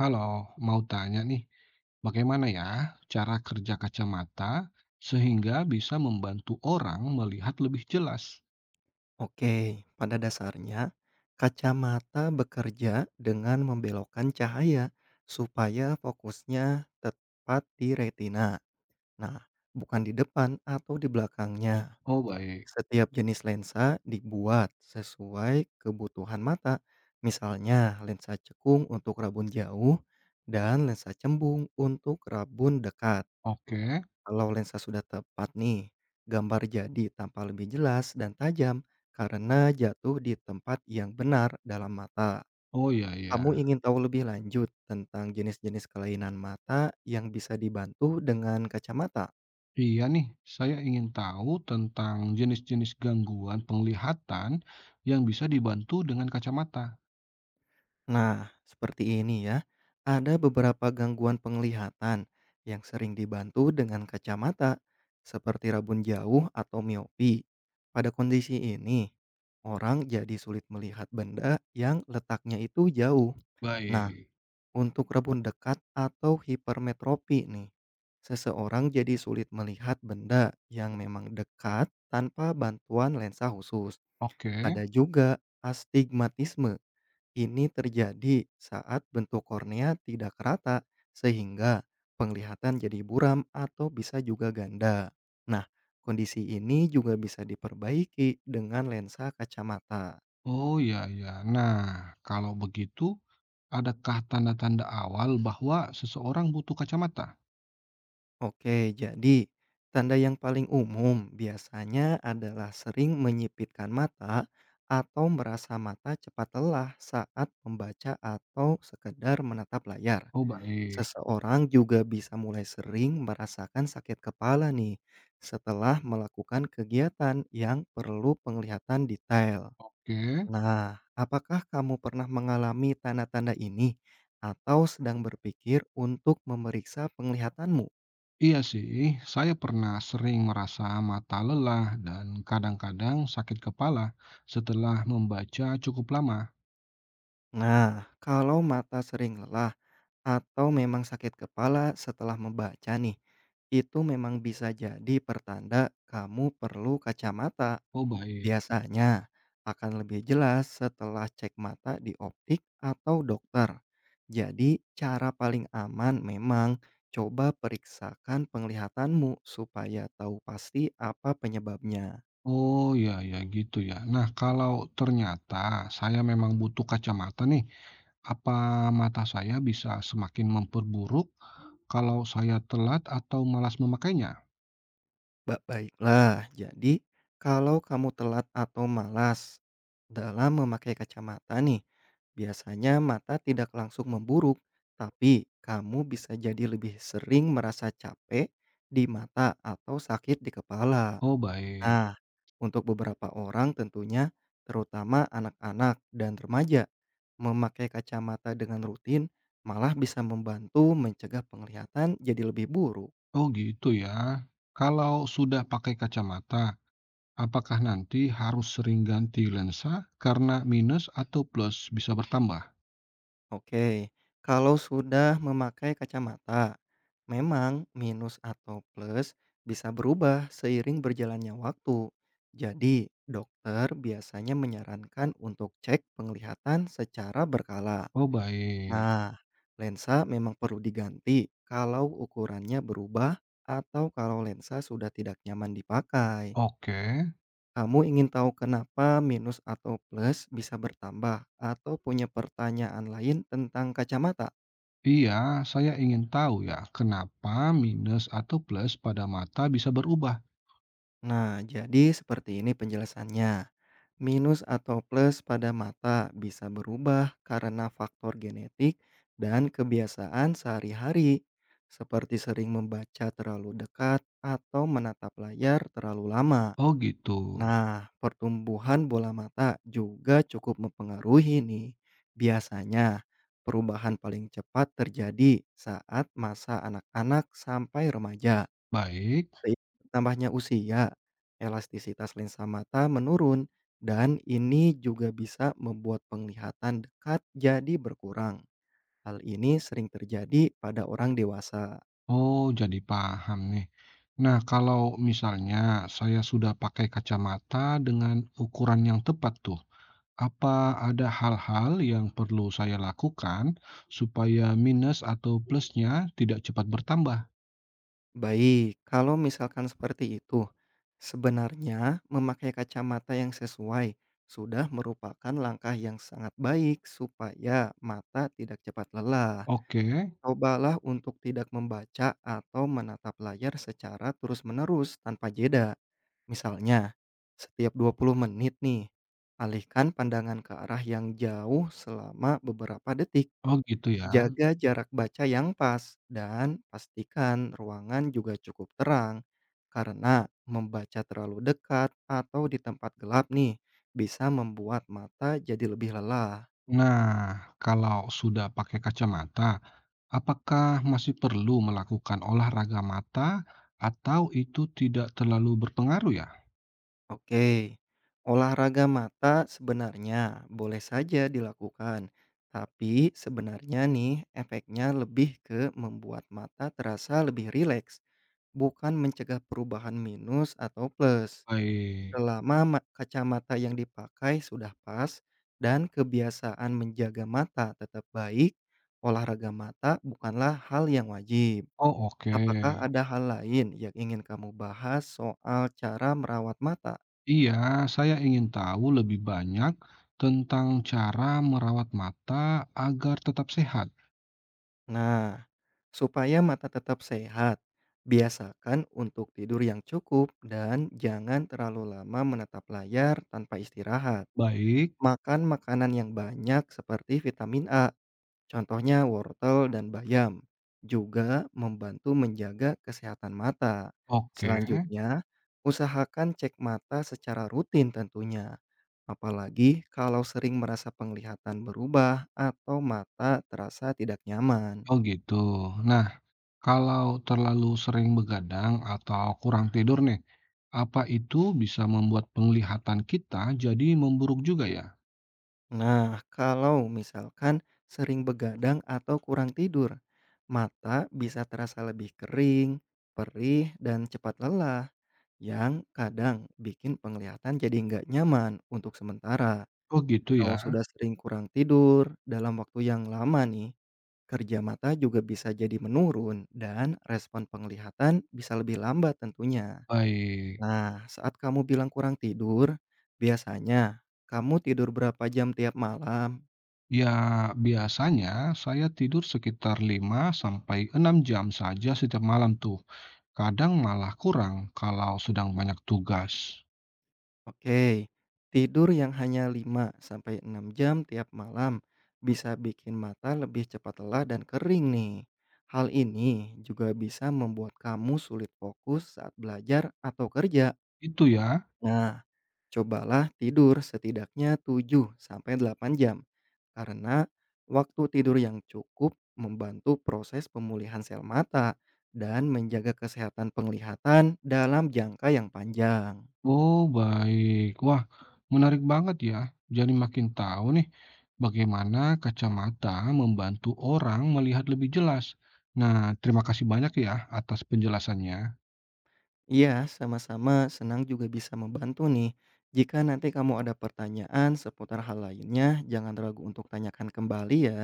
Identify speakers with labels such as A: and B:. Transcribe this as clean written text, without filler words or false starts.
A: Halo, mau tanya nih, bagaimana ya cara kerja kacamata sehingga bisa membantu orang melihat lebih jelas?
B: Oke, pada dasarnya kacamata bekerja dengan membelokkan cahaya supaya fokusnya tepat di retina. Nah, bukan di depan atau di belakangnya.
A: Oh, baik.
B: Setiap jenis lensa dibuat sesuai kebutuhan mata. Misalnya, lensa cekung untuk rabun jauh dan lensa cembung untuk rabun dekat.
A: Oke.
B: Kalau lensa sudah tepat nih, gambar jadi tampak lebih jelas dan tajam karena jatuh di tempat yang benar dalam mata.
A: Oh iya,
B: Kamu
A: iya.
B: ingin tahu lebih lanjut tentang jenis-jenis kelainan mata yang bisa dibantu dengan kacamata?
A: Iya nih, saya ingin tahu tentang jenis-jenis gangguan penglihatan yang bisa dibantu dengan kacamata.
B: Nah, seperti ini ya. Ada beberapa gangguan penglihatan yang sering dibantu dengan kacamata, seperti rabun jauh atau miopi. Pada kondisi ini, orang jadi sulit melihat benda yang letaknya itu jauh. Nah,
A: Baik.
B: untuk rabun dekat atau hipermetropi nih, seseorang jadi sulit melihat benda yang memang dekat tanpa bantuan lensa khusus.
A: Oke.
B: Ada juga astigmatisme. Ini terjadi saat bentuk kornea tidak rata sehingga penglihatan jadi buram atau bisa juga ganda. Nah, kondisi ini juga bisa diperbaiki dengan lensa kacamata.
A: Oh iya, iya. Nah, kalau begitu, adakah tanda-tanda awal bahwa seseorang butuh kacamata?
B: Oke, jadi tanda yang paling umum biasanya adalah sering menyipitkan mata atau merasa mata cepat lelah saat membaca atau sekedar menatap layar.
A: Oh, baik.
B: Seseorang juga bisa mulai sering merasakan sakit kepala nih, setelah melakukan kegiatan yang perlu penglihatan detail.
A: Oke.
B: Nah, apakah kamu pernah mengalami tanda-tanda ini atau sedang berpikir untuk memeriksa penglihatanmu?
A: Iya sih, saya pernah sering merasa mata lelah dan kadang-kadang sakit kepala setelah membaca cukup lama.
B: Nah, kalau mata sering lelah atau memang sakit kepala setelah membaca nih, itu memang bisa jadi pertanda kamu perlu kacamata.
A: Oh baik.
B: Biasanya akan lebih jelas setelah cek mata di optik atau dokter. Jadi, cara paling aman memang coba periksakan penglihatanmu supaya tahu pasti apa penyebabnya.
A: Oh ya ya gitu ya. Nah, kalau ternyata saya memang butuh kacamata nih, apa mata saya bisa semakin memperburuk kalau saya telat atau malas memakainya?
B: Baiklah, jadi kalau kamu telat atau malas dalam memakai kacamata nih, biasanya mata tidak langsung memburuk, tapi kamu bisa jadi lebih sering merasa capek di mata atau sakit di kepala.
A: Oh baik.
B: Nah, untuk beberapa orang tentunya, terutama anak-anak dan remaja, memakai kacamata dengan rutin malah bisa membantu mencegah penglihatan jadi lebih buruk.
A: Oh gitu ya. Kalau sudah pakai kacamata, apakah nanti harus sering ganti lensa karena minus atau plus bisa bertambah?
B: Oke, kalau sudah memakai kacamata, memang minus atau plus bisa berubah seiring berjalannya waktu. Jadi, dokter biasanya menyarankan untuk cek penglihatan secara berkala.
A: Oh, baik.
B: Nah, lensa memang perlu diganti kalau ukurannya berubah atau kalau lensa sudah tidak nyaman dipakai.
A: Oke.
B: Kamu ingin tahu kenapa minus atau plus bisa bertambah atau punya pertanyaan lain tentang kacamata?
A: Iya, saya ingin tahu ya, kenapa minus atau plus pada mata bisa berubah?
B: Nah, jadi seperti ini penjelasannya. Minus atau plus pada mata bisa berubah karena faktor genetik dan kebiasaan sehari-hari, seperti sering membaca terlalu dekat atau menatap layar terlalu lama.
A: Oh, gitu.
B: Nah, pertumbuhan bola mata juga cukup mempengaruhi nih. Biasanya, perubahan paling cepat terjadi saat masa anak-anak sampai remaja.
A: Baik.
B: Seiring bertambahnya usia, elastisitas lensa mata menurun dan ini juga bisa membuat penglihatan dekat jadi berkurang. Hal ini sering terjadi pada orang dewasa.
A: Oh, jadi paham nih. Nah, kalau misalnya saya sudah pakai kacamata dengan ukuran yang tepat tuh, apa ada hal-hal yang perlu saya lakukan supaya minus atau plusnya tidak cepat bertambah?
B: Baik, kalau misalkan seperti itu, sebenarnya memakai kacamata yang sesuai sudah merupakan langkah yang sangat baik supaya mata tidak cepat lelah.
A: Oke,
B: Cobalah untuk tidak membaca atau menatap layar secara terus-menerus tanpa jeda. Misalnya, setiap 20 menit nih, alihkan pandangan ke arah yang jauh selama beberapa detik.
A: oh gitu ya.
B: Jaga jarak baca yang pas dan pastikan ruangan juga cukup terang. Karena membaca terlalu dekat atau di tempat gelap nih bisa membuat mata jadi lebih lelah.
A: Nah, kalau sudah pakai kacamata, apakah masih perlu melakukan olahraga mata atau itu tidak terlalu berpengaruh ya?
B: Oke, olahraga mata sebenarnya boleh saja dilakukan, tapi sebenarnya nih efeknya lebih ke membuat mata terasa lebih rileks, bukan mencegah perubahan minus atau plus.
A: Baik.
B: Selama kacamata yang dipakai sudah pas dan kebiasaan menjaga mata tetap baik, olahraga mata bukanlah hal yang wajib.
A: Oh
B: Apakah
A: oke.
B: ada hal lain yang ingin kamu bahas soal cara merawat mata?
A: Iya, saya ingin tahu lebih banyak tentang cara merawat mata agar tetap sehat.
B: Nah, supaya mata tetap sehat, biasakan untuk tidur yang cukup dan jangan terlalu lama menatap layar tanpa istirahat.
A: Baik.
B: Makan makanan yang banyak seperti vitamin A, contohnya wortel dan bayam, juga membantu menjaga kesehatan mata.
A: Oke,
B: Selanjutnya, usahakan cek mata secara rutin tentunya. Apalagi kalau sering merasa penglihatan berubah atau mata terasa tidak nyaman.
A: oh gitu. Nah, kalau terlalu sering begadang atau kurang tidur nih, apa itu bisa membuat penglihatan kita jadi memburuk juga ya?
B: Nah, kalau misalkan sering begadang atau kurang tidur, mata bisa terasa lebih kering, perih, dan cepat lelah yang kadang bikin penglihatan jadi nggak nyaman untuk sementara.
A: Oh gitu ya.
B: Kalau sudah sering kurang tidur dalam waktu yang lama nih, kerja mata juga bisa jadi menurun dan respon penglihatan bisa lebih lambat tentunya.
A: Baik.
B: Nah, saat kamu bilang kurang tidur, biasanya kamu tidur berapa jam tiap malam?
A: Ya, biasanya saya tidur sekitar 5 sampai 6 jam saja setiap malam tuh. Kadang malah kurang kalau sedang banyak tugas.
B: Oke, tidur yang hanya 5 sampai 6 jam tiap malam bisa bikin mata lebih cepat lelah dan kering nih. Hal ini juga bisa membuat kamu sulit fokus saat belajar atau kerja.
A: Itu ya.
B: Nah, cobalah tidur setidaknya 7 sampai 8 jam karena waktu tidur yang cukup membantu proses pemulihan sel mata dan menjaga kesehatan penglihatan dalam jangka yang panjang.
A: Oh, baik. Wah, menarik banget ya. Jadi makin tahu nih bagaimana kacamata membantu orang melihat lebih jelas. Nah, terima kasih banyak ya atas penjelasannya.
B: Iya, sama-sama senang juga bisa membantu nih. Jika nanti kamu ada pertanyaan seputar hal lainnya, jangan ragu untuk tanyakan kembali ya.